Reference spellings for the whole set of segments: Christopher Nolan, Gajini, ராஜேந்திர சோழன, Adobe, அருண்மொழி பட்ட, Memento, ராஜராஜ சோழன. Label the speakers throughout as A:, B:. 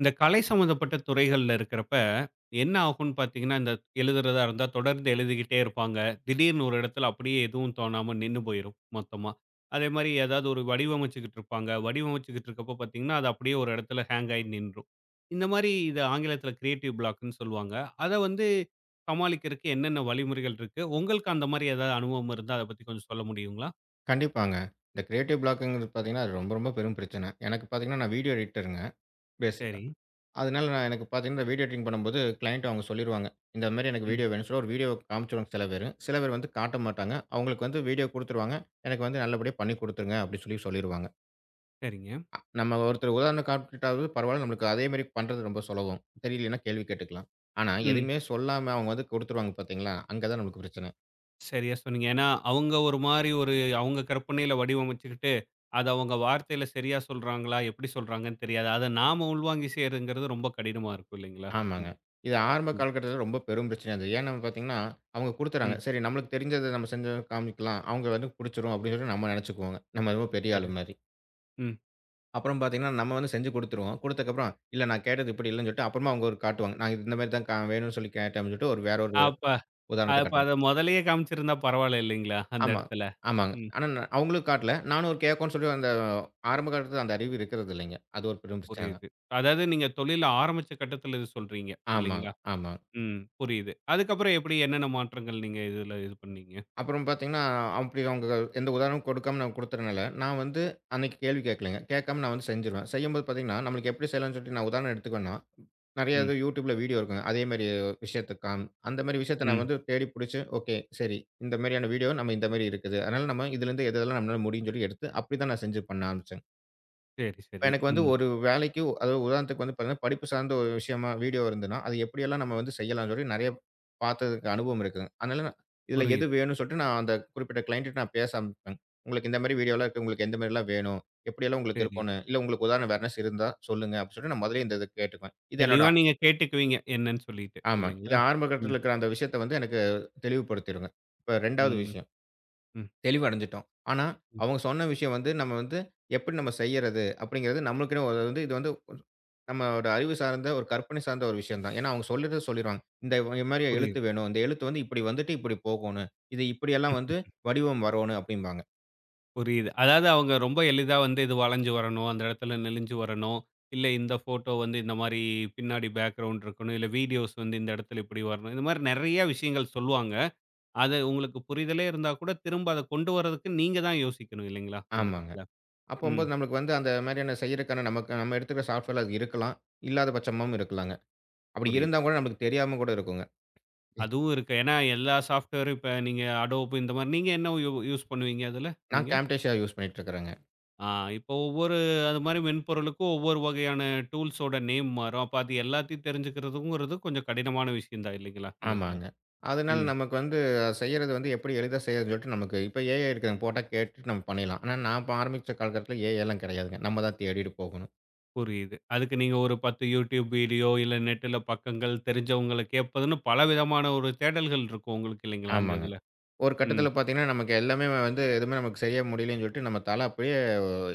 A: இந்த கலை சம்மந்தப்பட்ட துறைகள்ல இருக்கிறப்ப, என்ன ஆகும்ன்னு பார்த்தீங்கன்னா, இந்த எழுதுறதா இருந்தா தொடர்ந்து எழுதிக்கிட்டே இருப்பாங்க. திடீர்னு ஒரு இடத்துல அப்படியே எதுவும் தோணாம நின்னு போயிரும் மொத்தமா. அதே மாரி ஏதாவது ஒரு வடிவமைச்சுக்கிட்டு இருப்பாங்க. வடிவமைச்சுக்கிட்டு இருக்கப்போ பார்த்தீங்கன்னா, அது அப்படியே ஒரு இடத்துல ஹேங் ஆயி நின்றும். இந்த மாரி இத ஆங்கிலத்தில கிரியேட்டிவ் பிளாக்குன்னு சொல்லுவாங்க. அத வந்து சமாளிக்கிறதுக்கு என்னென்ன வழிமுறைகள் இருக்கு? உங்களுக்கு அந்த மாரி ஏதாவது அனுபவம் இருந்தா அத பத்தி கொஞ்சம் சொல்ல முடியுங்களா?
B: கண்டிப்பாங்க. இந்த கிரியேட்டிவ் பிளாக்குங்கிறது பார்த்தீங்கன்னா, அது ரொம்ப, ரொம்ப பெரும் பிரச்சனை. எனக்கு பார்த்தீங்கன்னா, நான் வீடியோ எடிட்டருங்க பேசிக்கா.
A: சரி.
B: அதனால நான் எனக்கு பார்த்தீங்கன்னா, வீடியோ எடிட்டிங் பண்ணும்போது கிளையண்ட் அவங்க சொல்லிருவாங்க. இந்த மாரி எனக்கு
A: ம்.
B: வீடியோ வேணும்னு சொல்லி ஒரு வீடியோவ காமிச்சுருவாங்க சில பேரு. சில பேர் வந்து காட்ட மாட்டாங்க. அவங்களுக்கு வந்து வீடியோ குடுத்துருவாங்க. எனக்கு வந்து நல்லபடியா பண்ணி குடுத்துருங்க அப்டின்னு சொல்லி சொல்லிருவாங்க.
A: சரிங்க.
B: நம்ம ஒருத்தர் உதாரணம் காட்டிட்டாவது பரவால்ல. நம்மளுக்கு அதே மாரி பண்றது ரொம்ப சுலபம். தெரியலன்னா கேள்வி கேட்டுக்கலாம். ஆனா
A: ம்.
B: எதுவுமே சொல்லாம அவங்க வந்து குடுத்துருவாங்க பார்த்தீங்களா? அங்க தான் நமக்கு பிரச்சனை.
A: சரியா சொன்னீங்க. ஏன்னா, அவங்க ஒரு மாரி ஒரு அவங்க கற்பனையில வடிவமைச்சுக்கிட்டு, அத அவங்க வார்த்தையில சரியா சொல்றாங்களா, எப்படி சொல்றாங்கன்னு தெரியாது. அத நாம உள்வாங்கி செய்றதுங்கிறது ரொம்ப கடினமா இருக்கும் இல்லைங்களா?
B: ஆமாங்க.
A: ம்,
B: இது ஆரம்ப
A: ம்,
B: காலகட்டத்தில ரொம்ப பெரும் பிரச்சனையா இருந்தது. ஏன்னு பார்த்தீங்கன்னா, அவங்க குடுத்துறாங்க.
A: ம்.
B: சரி நம்மளுக்கு தெரிஞ்சத நம்ம செஞ்சு காமிக்கலாம். அவங்க வந்து புடிச்சிரும் அப்படின்னு சொல்லி நம்ம நெனச்சுக்குவோங்க. நம்ம என்னமோ பெரிய
A: சரி.
B: ஆளு மாரி.
A: ம்.
B: அப்புறம் பார்த்தீங்கன்னா, நம்ம வந்து செஞ்சு குடுத்துருவோம். குடுத்ததுக்கப்புறம், இல்ல நான் கேட்டது இப்படி இல்லன்னு சொல்லிட்டு, அப்புறமா அவங்க ஒரு காட்டுவாங்க. நான் இந்த மாரி தான் கா வேணும்னு சொல்லி கேட்டேன் அப்படின்னு சொல்லிட்டு, ஒரு வேற ஒரு
A: அப்ப
B: உதாரணத்த
A: அப்ப
B: காட்டுவாங்க.
A: அத மொதலயே காமிச்சிருந்தா பரவால்ல இல்லைங்களா? அந்த
B: ஆமா.
A: இடத்துல.
B: ஆமாங்க.
A: ம்.
B: ஆனா நான் அவங்களும் காட்டல. நானும் ஒரு கேட்கும்ன்னு சொல்லி அந்த ஆரம்ப காலத்தில அந்த அறிவு இருக்கிறது இல்லைங்க. அது ஒரு பெரும் பிரச்சனை தான்.
A: புரியுது. அதாவது நீங்க தொழில ஆரம்பிச்ச கட்டத்துல இது சொல்றீங்க
B: ஆமாங்க,
A: இல்லைங்களா?
B: ஆமாங்க.
A: ம். புரியுது. அதுக்கப்புறம் எப்படி என்னென்ன மாற்றங்கள் நீங்க இதுல இது பண்ணீங்க?
B: அப்புறம் பார்த்தீங்கன்னா, அப்படி அவங்க எந்த உதாரணமும் கொடுக்காம நான் குடுத்ததுனால, நான் வந்து அன்னைக்கு கேள்வி கேட்கலைங்க. கேட்காம நான் வந்து செஞ்சுருவேன். செய்யும்போது பார்த்தீங்கன்னா, நம்மளுக்கு எப்படி செய்யலாம்னு சொல்லிட்டு நான் உதாரணம் எடுத்துக்குவேன்னா, நெறைய
A: ம்,
B: இது YouTubeல வீடியோ இருக்குங்க. அதேமாரி விஷயத்துக்காம் அந்த மாரி விஷயத்த நான்
A: ம்.
B: வந்து தேடி புடிச்சு, ஓகே சரி இந்த மாரியான வீடியோ நம்ம இந்த மாரி இருக்குது. அதனால நம்ம இதிலேருந்து எது எதெல்லாம் நம்மளால முடியும்னு சொல்லி எடுத்து, அப்படி தான் நான் செஞ்சு பண்ண ஆரம்பிச்சேங்க.
A: சரி, சரி.
B: எனக்கு வந்து
A: ம்.
B: ஒரு வேலைக்கு அதாவது உதாரணத்துக்கு வந்து பார்த்தீங்கன்னா, படிப்பு சார்ந்த ஒரு விஷயமா வீடியோ இருந்ததுன்னா, அது எப்படியெல்லாம் நம்ம வந்து செய்யலாம்ன்னு சொல்லி நெறைய பார்த்ததுக்கு அனுபவம் இருக்குங்க. அதனால நான் இதில எது
A: புரியுது.
B: வேணும்ன்னு சொல்லிட்டு நான் அந்த குறிப்பிட்ட கிளையன்ட்ட நான் பேச ஆரம்பிப்பேன். உங்களுக்கு இந்த மாரி வீடியோலாம் இருக்கு. உங்களுக்கு எந்த மாரிலாம் வேணும்? எப்படியெல்லாம் உங்களுக்கு
A: சரி.
B: இருக்கும்ன்னு, இல்ல உங்களுக்கு உதாரண வேற எதுனா இருந்தா சொல்லுங்க அப்படின்னு சொல்லிட்டு நான் முதல்லயே இந்த இத கேட்டுக்குவேன். இது என்னோட
A: தெளிவா நீங்க கேட்டுக்குவீங்க என்னன்னு சொல்லிட்டு.
B: ஆமா. இது
A: இல்லைங்களா?
B: ஆரம்ப கட்டத்தில
A: ம்,
B: இருக்கிற அந்த விஷயத்த வந்து எனக்கு தெளிவுபடுத்திருங்க. இப்ப 2வது
A: ம்,
B: விஷயம்.
A: ம்,
B: தெளிவடைஞ்சுட்டோம். ஆனா,
A: ம்.
B: அவங்க சொன்ன விஷயம் வந்து நம்ம வந்து எப்படி நம்ம செய்யறது? அப்படிங்கிறது நம்மளுக்குன்னு ஒரு வந்து இது வந்து ஒரு நம்மளோட அறிவு சார்ந்த, ஒரு கற்பனை சார்ந்த ஒரு விஷயம் தான். ஏன்னா, அவங்க சொல்றத சொல்லிருவாங்க. இது மாரி எழுத்து
A: புரியுது,
B: வேணும். இந்த எழுத்து வந்து இப்படி வந்துட்டு இப்படி போகோணும். இது இப்படியெல்லாம் வந்து வடிவம் வரணும் அப்படிம்பாங்க.
A: புரியுது. அதாவது அவங்க ரொம்ப எளிதா வந்து இது வளைஞ்சு வரணும், அந்த இடத்துல நெளிஞ்சு வரணும். இல்ல இந்த ஃபோட்டோ வந்து இந்த மாரி பின்னாடி பேக்கிரவுண்ட் இருக்கணும். இல்ல வீடியோஸ் வந்து இந்த இடத்துல இப்படி வரணும். இந்த மாரி நெறைய விஷயங்கள் சொல்லுவாங்க. அது உங்களுக்கு புரிதலே இருந்தா கூட திரும்ப அத கொண்டு வரதுக்கு நீங்க தான் யோசிக்கணும் இல்லைங்களா? அந்த
B: ஆமாங்க.
A: இடத்துல. ம்.
B: அப்பம்போது நம்மளுக்கு வந்து அந்த மாரியான செய்யறக்கான நமக்கு நம்ம எடுத்துக்கிற சாஃப்ட்வேர்ல அது இருக்கலாம். இல்லாத பட்சமும் இருக்கலாங்க. அப்படி இருந்தா
A: புரியுது.
B: கூட நமக்கு தெரியாம கூட இருக்குங்க.
A: அதுவும் இருக்கு. ஏன்னா எல்லா சாஃப்ட்வேரும் இப்ப நீங்க Adobe இந்த மாரி நீங்க என்ன யூஸ் பண்ணுவீங்க அதுல?
B: நான்
A: நீங்க?
B: Camtasia யூஸ் பண்ணிட்டு இருக்கிறேங்க.
A: ஆ, இப்போ ஒவ்வொரு அது மாரி மென்பொருளுக்கும் ஒவ்வொரு வகையான டூல்ஸோட நேம் மாறும். அப்ப அது எல்லாத்தையும் தெரிஞ்சுக்கிறதுங்கிறது கொஞ்சம் கடினமான விஷயம் தான் இல்லைங்களா? இந்த இதுல.
B: ஆமாங்க. அதனால
A: ம்.
B: நமக்கு வந்து செய்யறது வந்து எப்படி எளிதா செய்றதுன்னு சொல்லிட்டு நமக்கு இப்ப ஏஐ இருக்குதுங்க. போட்டா கேட்டுட்டு நம்ம பண்ணிடலாம். ஆனா நான் ஆரம்பிச்ச காலகட்டத்தில ஏஐலாம் கிடையாதுங்க. நம்ம தான் தேடிட்டு போகணும்.
A: புரியுது. அதுக்கு நீங்க ஒரு 10 YouTube வீடியோ, இல்ல நெட்டுல பக்கங்கள், தெரிஞ்சவங்கள கேட்பதுன்னு பலவிதமான ஒரு தேடல்கள் இருக்கும் உங்களுக்கு இல்லைங்களா? அந்த
B: ஆமாங்க.
A: இதுல.
B: ஒரு
A: ம்.
B: கட்டத்தில பார்த்தீங்கன்னா, நமக்கு எல்லாமே வந்து எதுவுமே நமக்கு செய்ய முடியலன்னு சொல்லிட்டு நம்ம தல அப்படியே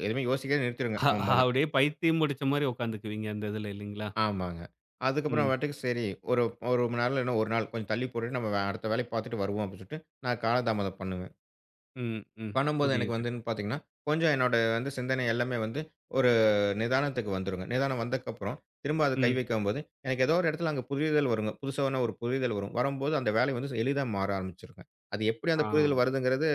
B: எதுவுமே யோசிக்கிறத நிறுத்திருங்க
A: அ
B: நம்ம மூளை.
A: அப்படியே பைத்தியம் பிடிச்ச மாரி உட்காந்துக்குவீங்க அந்த இதுல இல்லைங்களா?
B: ஆமாங்க. அதுக்கப்புறம்
A: ம்,
B: பாட்டுக்கு சரி ஒரு 1 மணி நேரம் இல்லன்னா 1 நாள் கொஞ்சம் தள்ளி போட்டுட்டு அடுத்த வேலைய பார்த்துட்டு வருவோம் அப்படின்னு சொல்லிட்டு நான் காலதாமதம் பண்ணுவேன்.
A: ம், ம்.
B: பண்ணும்போது எனக்கு
A: புரியுது.
B: வந்துன்னு பார்த்தீங்கன்னா, கொஞ்சம் என்னோட வந்து சிந்தனை எல்லாமே வந்து ஒரு நிதானத்துக்கு வந்துருங்க. நிதானம் வந்ததுக்கப்புறம், திரும்ப அது கை
A: ம்.
B: வைக்கும்போது, எனக்கு ஏதோ ஒரு இடத்துல அங்க புரிதல் வருங்க. புதுசான ஒரு புரிதல் வரும். வரும்போது அந்த வேலை வந்து எளிதா மாற ஆரம்பிச்சுருங்க. அது எப்படி அந்த
A: ஆ.
B: புரிதல் வருதுங்கிறது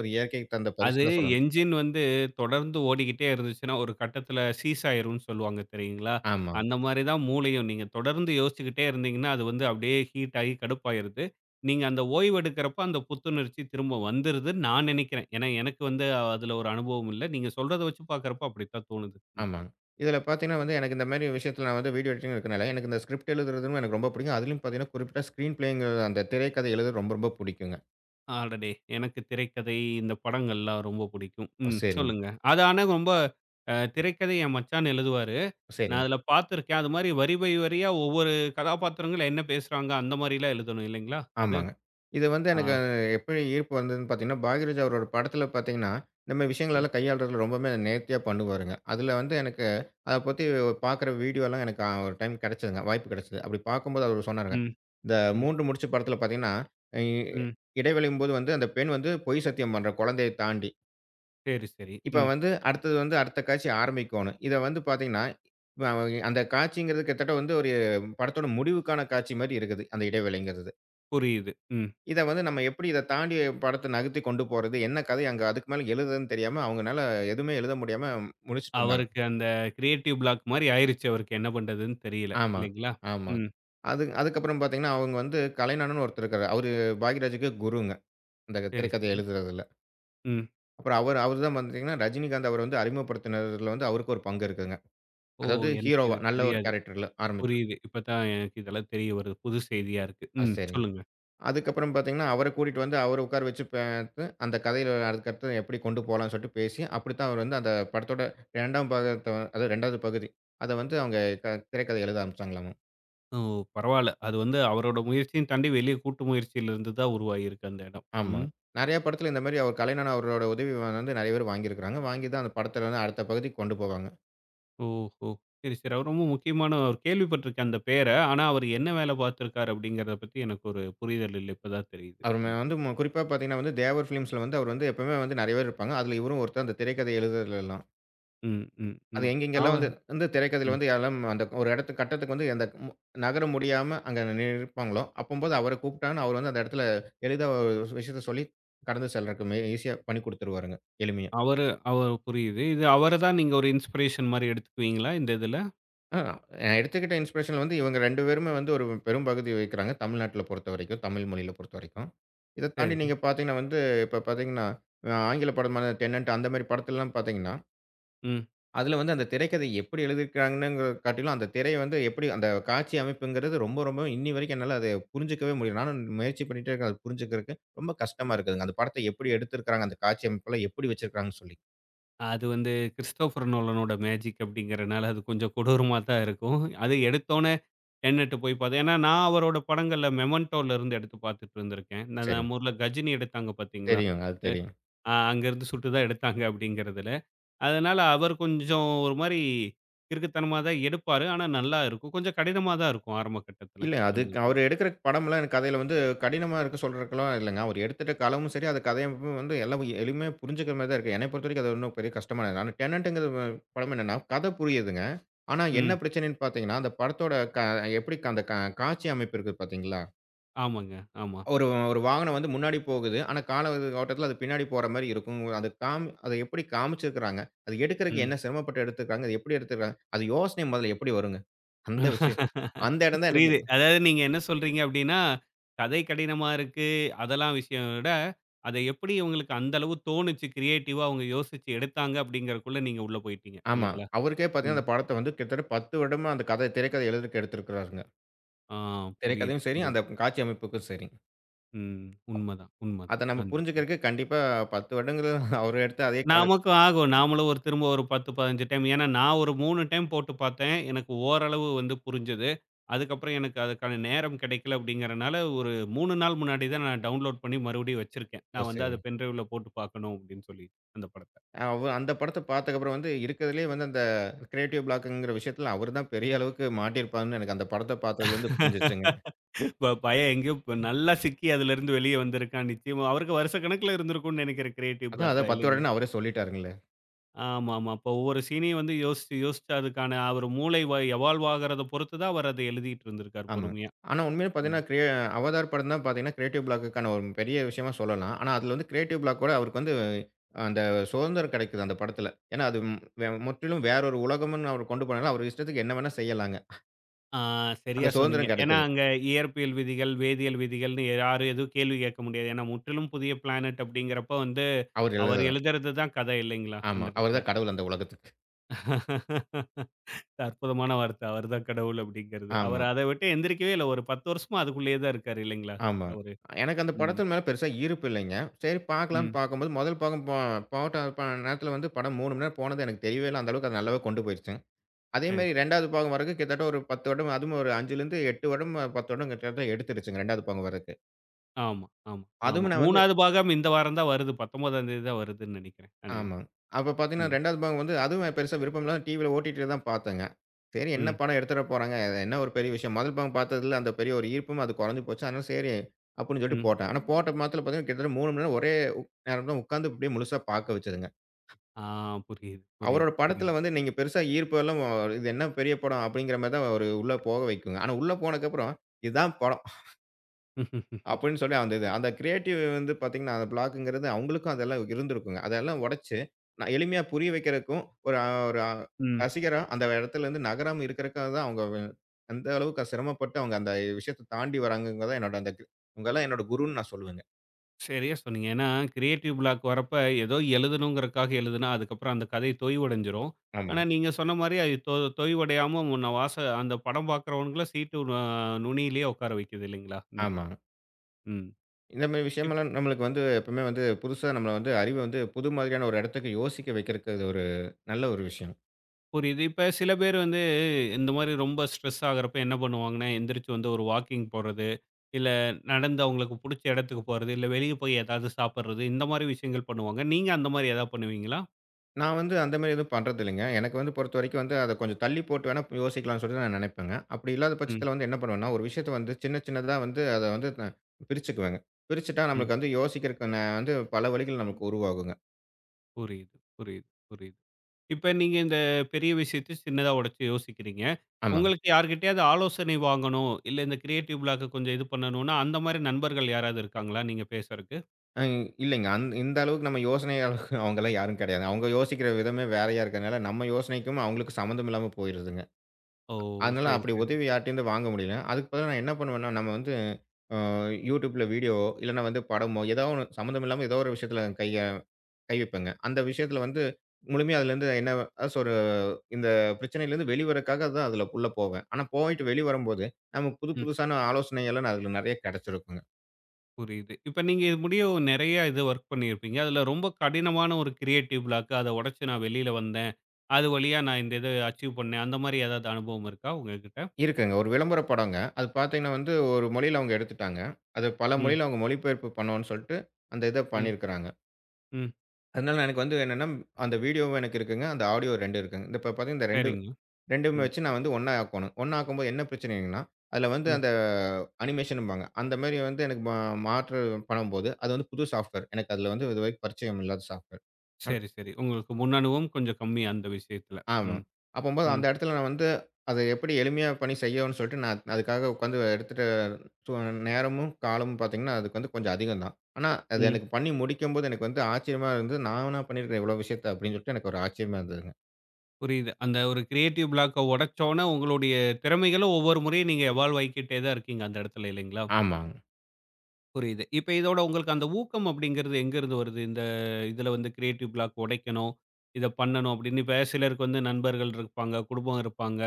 B: ஒரு இயற்கைக்கு தந்த
A: அது
B: பரிசுன்னு தான் சொல்லணும்.
A: என்ஜின் வந்து தொடர்ந்து ஓடிக்கிட்டே இருந்துச்சுன்னா, ஒரு கட்டத்தில சீஸ் ஆயிரும்னு சொல்லுவாங்க தெரியுங்களா?
B: ஆமா,
A: அந்த மாரி தான் மூளையும். நீங்க தொடர்ந்து யோசிச்சுக்கிட்டே இருந்தீங்கன்னா, அது வந்து அப்படியே ஹீட் ஆகி கடுப்பாயிருது. நீங்க அந்த ஓய்வு எடுக்கிறப்ப அந்த புத்துணர்ச்சி திரும்ப வந்துருதுன்னு நான் நினைக்கிறேன். ஏன்னா, எனக்கு வந்து அதில ஒரு அனுபவம் இல்ல. நீங்க சொல்றத வச்சு பார்க்கிறப்ப அப்படித்தான் தோணுது. ம்.
B: ஆமாங்க. இதில பார்த்தீங்கன்னா வந்து, எனக்கு இந்த மாரி விஷயத்தில நான் வந்து வீடியோ எடிட்டிங் இருக்கனால, எனக்கு இந்த ஸ்கிரிப்ட் எழுதுறதும் எனக்கு ரொம்ப பிடிக்கும். அதிலும் பார்த்தீங்கன்னா, குறிப்பிட்டா ஸ்க்ரீன் பிளேங்கிறது அந்த திரைக்கதை எழுத ரொம்ப ரொம்ப பிடிக்குங்க.
A: அடடே! எனக்கு திரைக்கதை, இந்த படங்கள்லாம் ரொம்ப பிடிக்கும்.
B: ஓ!
A: ம்.
B: சரிங்க,
A: சொல்லுங்க. அது ஆனா ரொம்ப திரைக்கதை என் மச்சான் எழுதுவாரு. நான்
B: சரிங்க.
A: அதில பார்த்துருக்கேன். அது மாரி வரி, வரியா ஒவ்வொரு கதாபாத்திரங்கள் என்ன பேசுறாங்க, அந்த மாரிலாம் எழுதணும் இல்லைங்களா? அது.
B: ஆமாங்க. இது வந்து
A: ஆ.
B: எனக்கு எப்படி ஈர்ப்பு வந்ததுன்னு பார்த்தீங்கன்னா, பாக்யராஜ் அவரோட படத்தில பார்த்தீங்கன்னா, இந்த மாரி
A: ம்.
B: விஷயங்களெல்லாம் கையாள்றதுல ரொம்பவுமே நேர்த்தியா பண்ணுவாருங்க. அதில வந்து எனக்கு அத பத்தி பார்க்குற வீடியோலாம் எனக்கு ஒரு டைம் கிடைச்சதுங்க. வாய்ப்பு கிடைச்சது. அப்படி பார்க்கும்போது அவரு சொன்னாருங்க.
A: ம்.
B: இந்த
A: ம்.
B: 3 முடிச்சு படத்தில பார்த்தீங்கன்னா, இ
A: ம்.
B: இடைவேளைங்கும்போது வந்து அந்த பெண் வந்து பொய் சத்தியம் பண்றா குழந்தைய தாண்டி.
A: சரி, சரி.
B: இப்ப
A: ம்.
B: வந்து அடுத்தது வந்து அடுத்த காட்சி ஆரம்பிக்கோணும். இத வந்து பார்த்தீங்கன்னா, இப்ப அந்த காட்சிங்கிறது கிட்டத்தட்ட வந்து ஒரு படத்தோட முடிவுக்கான காட்சி மாரி இருக்குது. அந்த இடைவேளைங்கிறது.
A: புரியுது. ம்.
B: இத வந்து நம்ம எப்படி இத தாண்டி படத்த நகர்த்தி கொண்டு போறது? என்ன கதை அங்க அதுக்கு மேல எழுதுறதுன்னு தெரியாம, அவங்கனால எதுவுமே எழுத முடியாம முழிச்சுட்டு இருந்தாங்க.
A: அவருக்கு அந்த கிரியேட்டிவ் பிளாக் மாரி ஆயிருச்சு அவருக்கு என்ன பண்றதுன்னு தெரியல.
B: ஆமா,
A: இல்லைங்களா?
B: ஆமா.
A: ம்.
B: அது அதுக்கப்புறம் பார்த்தீங்கன்னா, அவங்க வந்து கலைஞாணன்னு ஒருத்தர் இருக்காரு. அவரு பாக்யராஜுக்கு குருங்க. இந்த
A: சரி,
B: திரைக்கதை
A: சரி.
B: எழுதுறதுல.
A: ம்.
B: அப்புறம் அவரு அவரு தான் பார்த்தீங்கன்னா, ரஜினிகாந்த் அவர வந்து அறிமுகப்படுத்தினதுல வந்து அவருக்கு ஒரு பங்கு இருக்குங்க.
A: ஓ!
B: அதாவது
A: எனக்கு
B: ஹீரோவா
A: இது
B: நல்ல ஒரு
A: தெரியாது.
B: கேரக்டர்ல ஆரம்பிச்சது.
A: புரியுது. இப்ப தான் எனக்கு இதெல்லாம் தெரிய வருது. புது செய்தியா இருக்கு.
B: ஆ
A: ம்.
B: சரிங்க.
A: சொல்லுங்க.
B: அதுக்கப்புறம் பார்த்தீங்கன்னா, அவர கூட்டிட்டு வந்து அவர உட்கார வச்சு பார்த்து, அந்த கதையில அதுக்கடுத்து எப்படி கொண்டு போலாம்ன்னு சொல்லிட்டு பேசி, அப்படித்தான் அவர் வந்து அந்த படத்தோட 2ஆம் பாகத்த அதாவது 2வது பகுதி. அத வந்து அவங்க திரைக்கதை எழுத ஆரம்பிச்சாங்களாமா.
A: ஓ! பரவால்ல. அது வந்து அவரோட முயற்சியும் தாண்டி வெளிய கூட்டு முயற்சியிலிருந்து தான் உருவாகியிருக்கு அந்த இடம்.
B: ஆமா.
A: ம்.
B: நெறைய படத்துல இந்த மாரி அவர் கலைஞன் அவரோட உதவி வந்து நெறைய பேர் வாங்கியிருக்காங்க. வாங்கி தான் அந்த படத்துல வந்து அடுத்த பகுதிக்கு கொண்டு போவாங்க.
A: ஓஹோ! சரி, சரி. அவர் ரொம்ப முக்கியமான ஒரு கேள்விப்பட்டுருக்கேன் அந்த பேர. ஆனா, அவரு என்ன வேலை பார்த்திருக்காரு அப்படிங்கிறத பத்தி எனக்கு ஒரு புரிதல் இல்ல. இப்ப தான் தெரியுது. ம்.
B: வந்து குறிப்பா பார்த்தீங்கன்னா வந்து, தேவர் ஃபிலிம்ஸ்ல வந்து அவர் வந்து எப்பவுமே வந்து நெறைய பேர் இருப்பாங்க. அதுல இவரும் ஒருத்தர் அந்த திரைக்கதை எழுதுறதுல எல்லாம்.
A: ம், ம்,
B: அது
A: ம். அவ
B: எங்கெங்கெல்லாம் வந்து வந்து திரைக்கதையில
A: ம்.
B: வந்து எல்லாம் அந்த ஒரு இடத்துக்கு கட்டத்துக்கு வந்து அந்த மு நகர முடியாம அங்க நிற்பாங்களோ, அப்பம்போது அவர கூப்பிட்டாங்கன்னா, அவரு வந்து அந்த இடத்துல எளிதா ஒரு விஷயத்த சொல்லி கடந்து செல்றதுக்கு மே ஈஸியா பண்ணி குடுத்துருவாருங்க, எளிமையா.
A: அவரு அவரு புரியுது. இது அவர தான் நீங்க ஒரு இன்ஸ்பிரேஷன் மாரி எடுத்துக்குவீங்களா இந்த இதுல?
B: ஆ நான் எடுத்துக்கிட்ட இன்ஸ்பிரேஷன் வந்து இவங்க 2 பேருமே வந்து ஒரு பெரும் பகுதி வகிக்கிறாங்க, தமிழ்நாட்டுல பொறுத்தவரைக்கும், தமிழ் மொழியில பொறுத்தவரைக்கும். இத தாண்டி
A: சரி.
B: நீங்க பார்த்தீங்கன்னா வந்து, இப்ப பார்த்தீங்கன்னா, ஆங்கில படமான டென்னன்ட் அந்த மாரி படத்துலலாம் பார்த்தீங்கன்னா,
A: ம்.
B: அதுல வந்து அந்த திரைக்கதை எப்படி எழுதியிருக்காங்கங்கிறத காட்டிலும், அந்த திரை வந்து எப்படி அந்த காட்சி அமைப்புங்கிறது ரொம்ப, ரொம்ப இன்னி வரைக்கும் என்னால அத புரிஞ்சுக்கவே முடியல. நானும் முயற்சி பண்ணிட்டே இருக்கேன். அத புரிஞ்சுக்கிறதுக்கு ரொம்ப கஷ்டமா இருக்குதுங்க. அந்த படத்த எப்படி எடுத்திருக்காங்க, அந்த காட்சி அமைப்பெல்லாம் எப்படி வச்சிருக்காங்கன்னு சொல்லி.
A: அது வந்து கிறிஸ்டோபர் நோலனோட மேஜிக் அப்படிங்கிறனால அது கொஞ்சம் கொடூரமா தான் இருக்கும். அது எடுத்தோனே என்னட்டு போய் பாத்தேன். ஏன்னா, நான் அவரோட படங்கள்ல மெமென்டோலருந்து எடுத்து பாத்துட்டு இருந்திருக்கேன்.
B: சரிங்க.
A: நம்ம ஊர்ல கஜினி எடுத்தாங்க பாத்தீங்களா?
B: தெரியுங்க. அது
A: அது
B: தெரியும்.
A: அங்கருந்து சுட்டு தான் எடுத்தாங்க அப்படிங்கிறதுல. அதனால அவர் கொஞ்சம் ஒரு மாரி கிறுக்குத்தனமா தான் எடுப்பாரு. ஆனா நல்லா இருக்கும். கொஞ்சம் கடினமா தான் இருக்கும் ஆரம்ப கட்டத்துல.
B: இல்ல.
A: அந்த
B: அதுக்கு
A: இது.
B: அவரு எடுக்கிற படம்லாம் எனக்கு கதையில வந்து கடினமா இருக்க சொல்றதுக்கெல்லாம் இல்லங்க. அவரு எடுத்துட்ட களமும் சரி, அது கதையமைப்பும் வந்து எல்லாம் எளிமையா புரிஞ்சுக்கிற மாரி தான் இருக்கு. என்னைய பொறுத்தவரைக்கும் அது ஒண்ணும் பெரிய கஷ்டமானது. ஆனா டெனன்ட்ங்கிற ப படம் என்னன்னா, கதை புரியுதுங்க. ஆனா என்ன
A: ம்.
B: பிரச்சனைன்னு பார்த்தீங்கன்னா, அந்த படத்தோட க எப்படி க- அந்த கா காட்சி அமைப்பு இருக்குது பார்த்தீங்களா?
A: ஆமாங்க. ஆமா.
B: ஒரு ஒரு வாகனம் வந்து முன்னாடி போகுது. ஆனா கால ஓட்டத்தில அது பின்னாடி போற மாரி இருக்கும். அது காம் அத எப்படி காமிச்சிருக்கிறாங்க? அது எடுக்கிறதுக்கு
A: ம்.
B: என்ன சிரமப்பட்டு எடுத்துருக்காங்க? அது எப்படி எடுத்துருக்காங்க? அது யோசனை முதல்ல எப்படி வருங்க? அந்த விஷயம். அந்த இடம் தான் எனக்கு
A: புரியுது. அதாவது நீங்க என்ன சொல்றீங்க அப்படின்னா, கதை கடினமா இருக்கு. அதெல்லாம் விஷயம் விட, அத எப்படி இவங்களுக்கு அந்த அளவு தோணுச்சு கிரியேட்டிவா அவங்க யோசிச்சு எடுத்தாங்க அப்படிங்கிறதுக்குள்ள நீங்க உள்ள போயிட்டீங்க.
B: ஆமா.
A: இல்லைங்களா?
B: அவருக்கே பார்த்தீங்கன்னா,
A: ம்.
B: அந்த படத்த வந்து கிட்டத்தட்ட 10 வருடமா அந்த கதை திரைக்கதை எழுதுறதுக்கு எடுத்திருக்கிறாருங்க.
A: ஆ, புரியுது,
B: திரைக்கதையும் சரி,
A: புரியுது.
B: அந்த காட்சி அமைப்புக்கும் சரி.
A: ம். உண்மதான், உண்மதான்.
B: அத நம்ம
A: அந்த இடத்துல.
B: புரிஞ்சுக்கிறதுக்கு கண்டிப்பா 10 வருடங்கள் அவர் எடுத்த அதே கால
A: நமக்கும் ஆகும். நாமளும் ஒரு திரும்ப ஒரு 10, 15 டைம் ஏன்னா நான் ஒரு 3 டைம் போட்டு பார்த்தேன். எனக்கு ஓரளவு வந்து புரிஞ்சது. அதுக்கப்புறம் எனக்கு அதுக்கான நேரம் கிடைக்கல அப்படிங்கிறனால, ஒரு 3 நாள் முன்னாடி தான் நான் டவுன்லோட் பண்ணி மறுபடியும் வச்சிருக்கேன்.
B: ஓ!
A: நான் வந்து அத
B: சரிங்க.
A: பென் டிரைவ்ல போட்டு பார்க்கணும் அப்படின்னு சொல்லி, அந்த படத்த.
B: அவ அந்த படத்த பார்த்ததுக்கப்புறம் வந்து இருக்கிறதுலயே வந்து அந்த கிரியேட்டிவ் பிளாக்குங்கிற விஷயத்துல அவரு தான் பெரிய அளவுக்கு மாட்டியிருப்பாருன்னு எனக்கு அந்த படத்த பார்த்ததுலேருந்து புரிஞ்சிருச்சுங்க.
A: பையன் எங்கேயோ இப்ப நல்லா சிக்கி அதுலருந்து வெளிய வந்திருக்கான். நிச்சயமா அவருக்கு வருஷக்கணக்குல இருந்திருக்கும்னு நினைக்கிறேன் கிரியேட்டிவ்
B: அதான் அத
A: பிளாக்ல
B: 10
A: இல்லைங்களா?
B: வருடம்ன்னு அவரே சொல்லிட்டாருங்களே!
A: ஆமாமா. அப்ப ஒவ்வொரு சீனையும் வந்து யோசிச்சு யோசிச்சு அதுக்கான அவர் மூளை எவால்வ் ஆகுறத பொறுத்து தான் அவர் அத எழுதிட்டு இருந்திருக்கார்
B: ஆமா.
A: பொறுமையா.
B: ஆனா உண்மையிலே பார்த்தீங்கன்னா, அவதார் படம் தான் பார்த்தீங்கன்னா, கிரியேட்டிவ் பிளாக்குக்கான ஒரு பெரிய விஷயமா சொல்லலாம். ஆனா அதில வந்து கிரியேட்டிவ் பிளாக்கோட அவருக்கு வந்து அந்த சுதந்திரம் கிடைக்குது அந்த படத்தில. ஏன்னா அது ம் வே முற்றிலும் வேற ஒரு உலகம்ன்னு அவர் கொண்டு போனாலும், அவர் இஷ்டத்துக்கு என்ன வேணா செய்யலாங்க.
A: ஆ, சரியா
B: அந்த
A: சொன்னீங்க.
B: சுதந்திரம்
A: ஏன்னா,
B: கிடைக்குது.
A: அங்க இயற்பியல் விதிகள், வேதியியல் விதிகள்னு யாரும் எதுவும் கேள்வி கேட்க முடியாது. ஏன்னா, முற்றிலும் புதிய பிளானட் அப்படிங்கிறப்ப வந்து,
B: அவர்
A: அவர்
B: எழுதுறது.
A: எழுதுறது தான் கதை இல்லைங்களா? அந்த
B: ஆமா. அவர்
A: இடத்துல.
B: தான் கடவுள் அந்த உலகத்துக்கு.
A: அற்புதமான வார்த்தை. அவர் தான் கடவுள் அப்படிங்கிறது.
B: ஆமா,
A: அவர் அத விட்டு எந்திரிக்கவே இல்ல. ஒரு 10 வருஷமா அதுக்குள்ளேயே தான் இருக்காரு இல்லைங்களா?
B: ஆமா.
A: அவரு.
B: எனக்கு அந்த
A: ம்.
B: படத்தின் மேல பெருசா ஈர்ப்பு இல்லைங்க. சரி பார்க்கலாம்ன்னு
A: ம்.
B: பார்க்கும்போது, முதல் பாகம் போட்ட நேரத்தில வந்து படம் 3 மணி நேரம் போனது எனக்கு தெரியவே இல்ல. அந்த அளவுக்கு அது நல்லாவே கொண்டு போயிருச்சுங்க. அதே
A: சரி.
B: மாரி 2வது பாகம் வரதுக்கு கிட்டத்தட்ட ஒரு 10 வருடம், அதுவும் ஒரு 5லிருந்து 8 வருடம், 10 வருடம் கிட்டத்தட்ட எடுத்துருச்சுங்க 2வது பாகம் வரதுக்கு.
A: ஆமா, ஆமா, ஆமா.
B: அதுவும் நான் வந்து
A: 3வது பாகம் இந்த வாரம் தான் வருது. 19ஆம் தேதி தான் வருதுன்னு நெனைக்கிறேன். அநேகமா.
B: ஆமாங்க. அப்ப பார்த்தீங்கன்னா
A: ம்.
B: 2வது பாகம் வந்து அதுவும் பெருசா விருப்பம் இல்லாம டிவில ஓடிடில தான் பார்த்தேங்க. சரி என்ன
A: ம்.
B: படம் எடுத்துட போறாங்க? என்ன ஒரு பெரிய விஷயம்? முதல் பாகம் பார்த்ததுல அந்த பெரிய ஒரு ஈர்ப்பும் அது குறைஞ்சு போச்சு. அதனால சரி அப்படின்னு சொல்லிட்டு
A: ம்.
B: போட்டேன். ஆனா போட்ட மாத்திரம் பார்த்தீங்கன்னா கிட்டத்தட்ட 3 மணி நேரம் ஒரே நேரம் தான் உட்கார்ந்து அப்படியே முழுசா பார்க்க வச்சதுங்க.
A: ஆ, புரியுது, புரியுது,
B: அவரோட படத்துல
A: புரியுது.
B: வந்து நீங்க பெருசா ஈர்ப்பு எல்லாம் இது என்ன பெரிய படம் அப்படிங்கிற மாரி தான் ஒரு உள்ள போக வைக்குங்க. ஆனா உள்ள போனதுக்கப்புறம் இதுதான் படம். அப்படின்னு சொல்லி அந்த இது. அந்த கிரியேட்டிவ் வந்து பார்த்தீங்கன்னா, அந்த பிளாக்குங்கிறது அவங்களுக்கும் அதெல்லாம் இருந்திருக்குங்க. அதெல்லாம் உடைச்சு, நான் எளிமையா புரிய வைக்கிறதுக்கும், ஒரு
A: ம்.
B: ரசிகரா அந்த இடத்துலருந்து நகராம இருக்கிறதுக்காக தான் அவங்க வ அந்த அளவுக்கு சிரமப்பட்டு அவங்க அந்த விஷயத்த தாண்டி வராங்கங்க தான் என்னோட அந்த க் இவங்கலாம் என்னோட குருன்னு நான் சொல்லுவேங்க.
A: சரியா சொன்னீங்க. ஏன்னா, கிரியேட்டிவ் பிளாக் வரப்ப, ஏதோ எழுதணுங்கிறக்காக எழுதுனா, அதுக்கப்புறம் அந்த கதை தொய்வடைஞ்சிரும். ஆனா,
B: ஆமாங்க,
A: நீங்க சொன்ன மாரி அது தொய்வடையாம முன்ன அந்த படம் பார்க்குறவங்கள சீட்டு நுனியிலேயே உட்கார வைக்குது இல்லைங்களா? இந்த மாரி.
B: ஆமாங்க.
A: ம்.
B: இந்த மாரி
A: இப்
B: விஷயமெல்லாம் நம்மளுக்கு வந்து எப்பவுமே வந்து புதுசா நம்மள வந்து அறிவ வந்து புது மாதிரியான ஒரு இடத்துக்கு யோசிக்க வைக்கிறதுக்கு அது ஒரு நல்ல ஒரு விஷயம்.
A: புரியுது. இப்ப சில பேர் வந்து இந்த மாரி ரொம்ப ஸ்ட்ரெஸ் ஆகுறப்ப என்ன பண்ணுவாங்கன்னா, எந்திரிச்சு வந்து ஒரு வாக்கிங் போறது, இல்ல நடந்து அவங்களுக்கு புடிச்ச இடத்துக்கு போறது, இல்ல வெளிய போய் ஏதாவது சாப்பிடுறது, இந்த மாரி விஷயங்கள் பண்ணுவாங்க. நீங்க அந்த மாரி ஏதாவது பண்ணுவீங்களா?
B: நான் வந்து அந்த மாரி எதுவும் பண்றதில்லைங்க. எனக்கு வந்து பொறுத்தவரைக்கும் வந்து அத கொஞ்சம் தள்ளி போட்டு வேணா யோசிக்கலாம்னு சொல்லிட்டு நான் நினைப்பேங்க. அப்படி இல்லாத
A: ம்,
B: பட்சத்தில வந்து என்ன பண்ணுவேன்னா, ஒரு விஷயத்த வந்து சின்ன சின்னதா வந்து அத வந்து ந பிரிச்சுக்குவேங்க. பிரிச்சுட்டா
A: ம்.
B: நம்மளுக்கு வந்து யோசிக்கிறதுக்கு வந்து பல வழிகள் நமக்கு உருவாகுங்க.
A: புரியுது, புரியுது, புரியுது. இப்ப நீங்க இந்த பெரிய விஷயத்த சின்னதா உடைச்சு யோசிக்கிறீங்க.
B: ஆமா.
A: உங்களுக்கு யார்கிட்டயாவது ஆலோசனை வாங்கணும், இல்ல இந்த கிரியேட்டிவ் பிளாக்க கொஞ்சம் இது பண்ணணும்னா, அந்த மாரி நண்பர்கள் யாராவது இருக்காங்களா நீங்க பேசுறக்கு?
B: அ இல்லைங்க. இந்த அளவுக்கு நம்ம யோசனை அளவுக்கு அவங்கலாம் யாரும் கிடையாது. அவங்க யோசிக்கிற விதமே வேறையா இருக்கிறனால, நம்ம யோசனைக்கும் அவங்களுக்கு சம்மந்தம் இல்லாம போயிருதுங்க.
A: ஓ!
B: அதனால
A: சரி,
B: அப்படி
A: சரி.
B: உதவி யார்ட்டேருந்து வாங்க முடியல. அதுக்கு பதிலா நான் என்ன பண்ணுவேன்னா, நம்ம வந்து அ YouTubeல வீடியோவோ, இல்லன்னா வந்து படமோ ஏதோ ஒண்ணு சம்மந்தம் இல்லாம ஏதோ ஒரு விஷயத்தில கை கை வைப்பேங்க. அந்த விஷயத்துல வந்து முழுமையா அதுலேருந்து என்ன அதாச்சு ஒரு இந்த பிரச்சனையிலேருந்து வெளிவரக்காக தான் அதுல உள்ள போவேன். ஆனா போயிட்டு வெளிய வரும்போது, நமக்கு புது
A: ம்.
B: புதுசான ஆலோசனை எல்லாம் நான் அதுல நெறைய கிடைச்சிருக்குங்க.
A: புரியுது. இப்ப நீங்க இது முடிய நெறைய இது ஒர்க் பண்ணியிருப்பீங்க. அதுல ரொம்ப கடினமான ஒரு கிரியேட்டிவ் பிளாக் அத உடைச்சு நான் வெளில வந்தேன். அது வழியா நான் இந்த இத அச்சீவ் பண்ணேன். அந்த மாரி ஏதாவது அனுபவம் இருக்கா உங்ககிட்ட?
B: இருக்குங்க. ஒரு விளம்பர படங்க. அது பார்த்தீங்கன்னா வந்து ஒரு மொழியில அவங்க எடுத்துட்டாங்க. அது பல
A: ம்,
B: மொழியில அவங்க மொழிபெயர்ப்பு பண்ணோம்ன்னு சொல்லிட்டு, அந்த இத
A: ம்,
B: பண்ணியிருக்கிறாங்க.
A: ம்.
B: அதனால எனக்கு வந்து என்னன்னா, அந்த வீடியோவும் எனக்கு இருக்குங்க. அந்த ஆடியோ 2 இருக்குங்க. இந்த இப்ப பார்த்தீங்கன்னா இந்த
A: சரிங்க.
B: 2 2மே
A: ம்,
B: வச்சு நான் வந்து ஒண்ணா ஆக்கணும். ஒண்ணா ஆக்கும்போது என்ன பிரச்சனைங்கன்னா, அதில வந்து
A: ம்.
B: அந்த அனிமேஷன்பாங்க. அந்த மாரி வந்து எனக்கு மாற்று பண்ணும்போது, அது வந்து புது சாஃப்ட்வேர். எனக்கு அதில வந்து இதுவரைக்கும் பரிச்சயம் இல்லாத சாஃப்ட்வேர். அன்
A: சரி, சரி. உங்களுக்கு முன் அனுபவம் கொஞ்சம் கம்மி அந்த விஷயத்துல.
B: ஆமா.
A: ம்,
B: அப்பம்போது
A: ம்,
B: அந்த இடத்துல நான் வந்து அத எப்படி எளிமையா பண்ணி செய்யணும்னு சொல்லிட்டு, நான் அதுக்காக உட்காந்து எடுத்துட்டு சு நேரமும், காலமும் பார்த்தீங்கன்னா, அதுக்கு வந்து கொஞ்சம் அதிகம் தான். ஆனா, அது
A: ம்.
B: எனக்கு பண்ணி முடிக்கும்போது எனக்கு வந்து ஆச்சரியமா இருந்தது. நானா பண்ணியிருக்கிறேன் இவ்வளோ விஷயத்த அப்படின்னு சொல்லிட்டு எனக்கு ஒரு ஆச்சரியமா இருந்ததுங்க.
A: புரியுது. அந்த ஒரு கிரியேட்டிவ் பிளாக்க உடைச்சோன, உங்களுடைய திறமைகள ஒவ்வொரு முறையும் நீங்க எவால்வ் ஆயிக்கிட்டே தான் இருக்கீங்க அந்த இடத்துல இல்லைங்களா?
B: ஆமாங்க.
A: புரியுது. இப்ப இதோட உங்களுக்கு அந்த ஊக்கம் அப்படிங்கிறது எங்கருந்து வருது? இந்த இதுல வந்து கிரியேட்டிவ் பிளாக் உடைக்கணும், இத பண்ணணும் அப்படின்னு இப்ப சிலருக்கு வந்து நண்பர்கள் இருப்பாங்க, குடும்பம் இருப்பாங்க,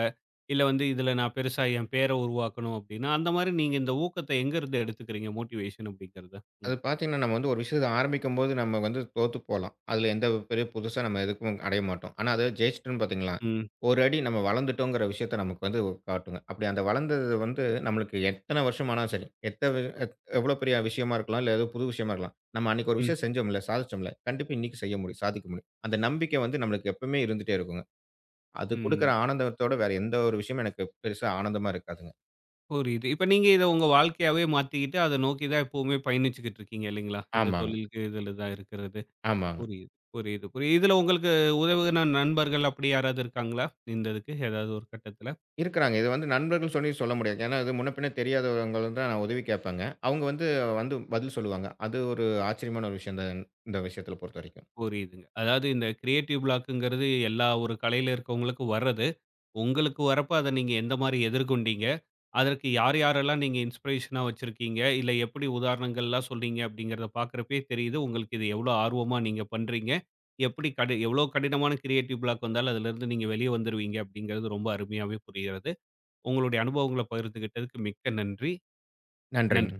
A: இல்ல வந்து இதுல நான் பெருசா என் பேர உருவாக்கணும் அப்படின்னா, அந்த மாரி நீங்க இந்த ஊக்கத்த எங்கருந்து எடுத்துக்கிறீங்க மோட்டிவேஷன் அப்படிங்கிறத?
B: அது
A: ம்,
B: பார்த்தீங்கன்னா, நம்ம வந்து ஒரு விஷயத்த ஆரம்பிக்கும்போது நம்ம வந்து தோத்து போலாம். அதில எந்த பெரிய புதுசா நம்ம எதுக்கும் அடைய மாட்டோம். ஆனா அத ஜெயிச்சுட்டோம்ன்னு பார்த்தீங்களா,
A: ம்,
B: ஒரு அடி நம்ம வளர்ந்துட்டோங்கிற விஷயத்த நமக்கு வந்து காட்டுங்க. அப்படி அந்த வளர்ந்தது வந்து நம்மளுக்கு எத்தன வருஷம் ஆனாலும் சரி, எத்த எத் எவ்வளோ பெரிய விஷயமா இருக்கலாம், இல்ல ஏதோ புது விஷயமா இருக்கலாம். நம்ம அன்னைக்கு ஒரு
A: ம்,
B: விஷயம் செஞ்சோம்ல, சாதிச்சோம்ல, கண்டிப்பா இன்னைக்கு செய்ய முடியும், சாதிக்க முடியும். அந்த நம்பிக்கை வந்து நம்மளுக்கு எப்பவுமே இருந்துட்டே இருக்குங்க. அது குடுக்குற
A: ம்.
B: ஆனந்தத்தோட வேற எந்த ஒரு விஷயமும் எனக்கு பெருசா ஆனந்தமா இருக்காதுங்க.
A: புரியுது. இப்ப நீங்க இத உங்க வாழ்க்கையாவே மாத்திக்கிட்டு, அத நோக்கி தான் எப்பவுமே பயணிச்சுக்கிட்டு இருக்கீங்க இல்லைங்களா? இந்த
B: ஆமாங்க,
A: தொழிலுக்கு இதுல தான் இருக்கிறது.
B: ஆமாங்க.
A: புரியுது, புரியுது, புரியுது. இதுல உங்களுக்கு உதவுன நண்பர்கள் அப்படி யாராவது இருக்காங்களா? இந்த இதுக்கு ஏதாவது ஒரு கட்டத்துல?
B: இருக்கிறாங்க. இது வந்து நண்பர்கள் சொல்லி சொல்ல முடியாது. ஏன்னா, இது முன்ன பின்ன தெரியாதவங்களும் தான் நான் உதவி கேட்பாங்க. அவங்க வந்து வந்து பதில் சொல்லுவாங்க. அது ஒரு ஆச்சரியமான ஒரு விஷயம் தான் இந்த விஷயத்துல பொறுத்தவரைக்கும்.
A: புரியுதுங்க. அதாவது இந்த கிரியேட்டிவ் பிளாக்குங்கிறது எல்லா ஒரு கலையில இருக்கவங்களுக்கு வர்றது. உங்களுக்கு வரப்ப அத நீங்க எந்த மாரி எதிர்கொண்டீங்க? அதற்கு யார் யாரெல்லாம் நீங்க இன்ஸ்பிரேஷனா வச்சிருக்கீங்க? இல்ல எப்படி உதாரணங்கள்லாம் சொல்றீங்க அப்படிங்கிறத பார்க்கிறப்பயே தெரியுது, உங்களுக்கு இது எவ்வளோ ஆர்வமா நீங்க பண்றீங்க. எப்படி எவ்வளோ கடினமான கிரியேட்டிவ் பிளாக் வந்தாலும் அதிலிருந்து நீங்க வெளிய வந்துருவீங்க அப்படிங்கிறது ரொம்ப அருமையாவே புரிகிறது. உங்களுடைய அனுபவங்கள பகிர்ந்துகிட்டதுக்கு மிக்க நன்றி. நன்றி.
B: நன்றிங்க.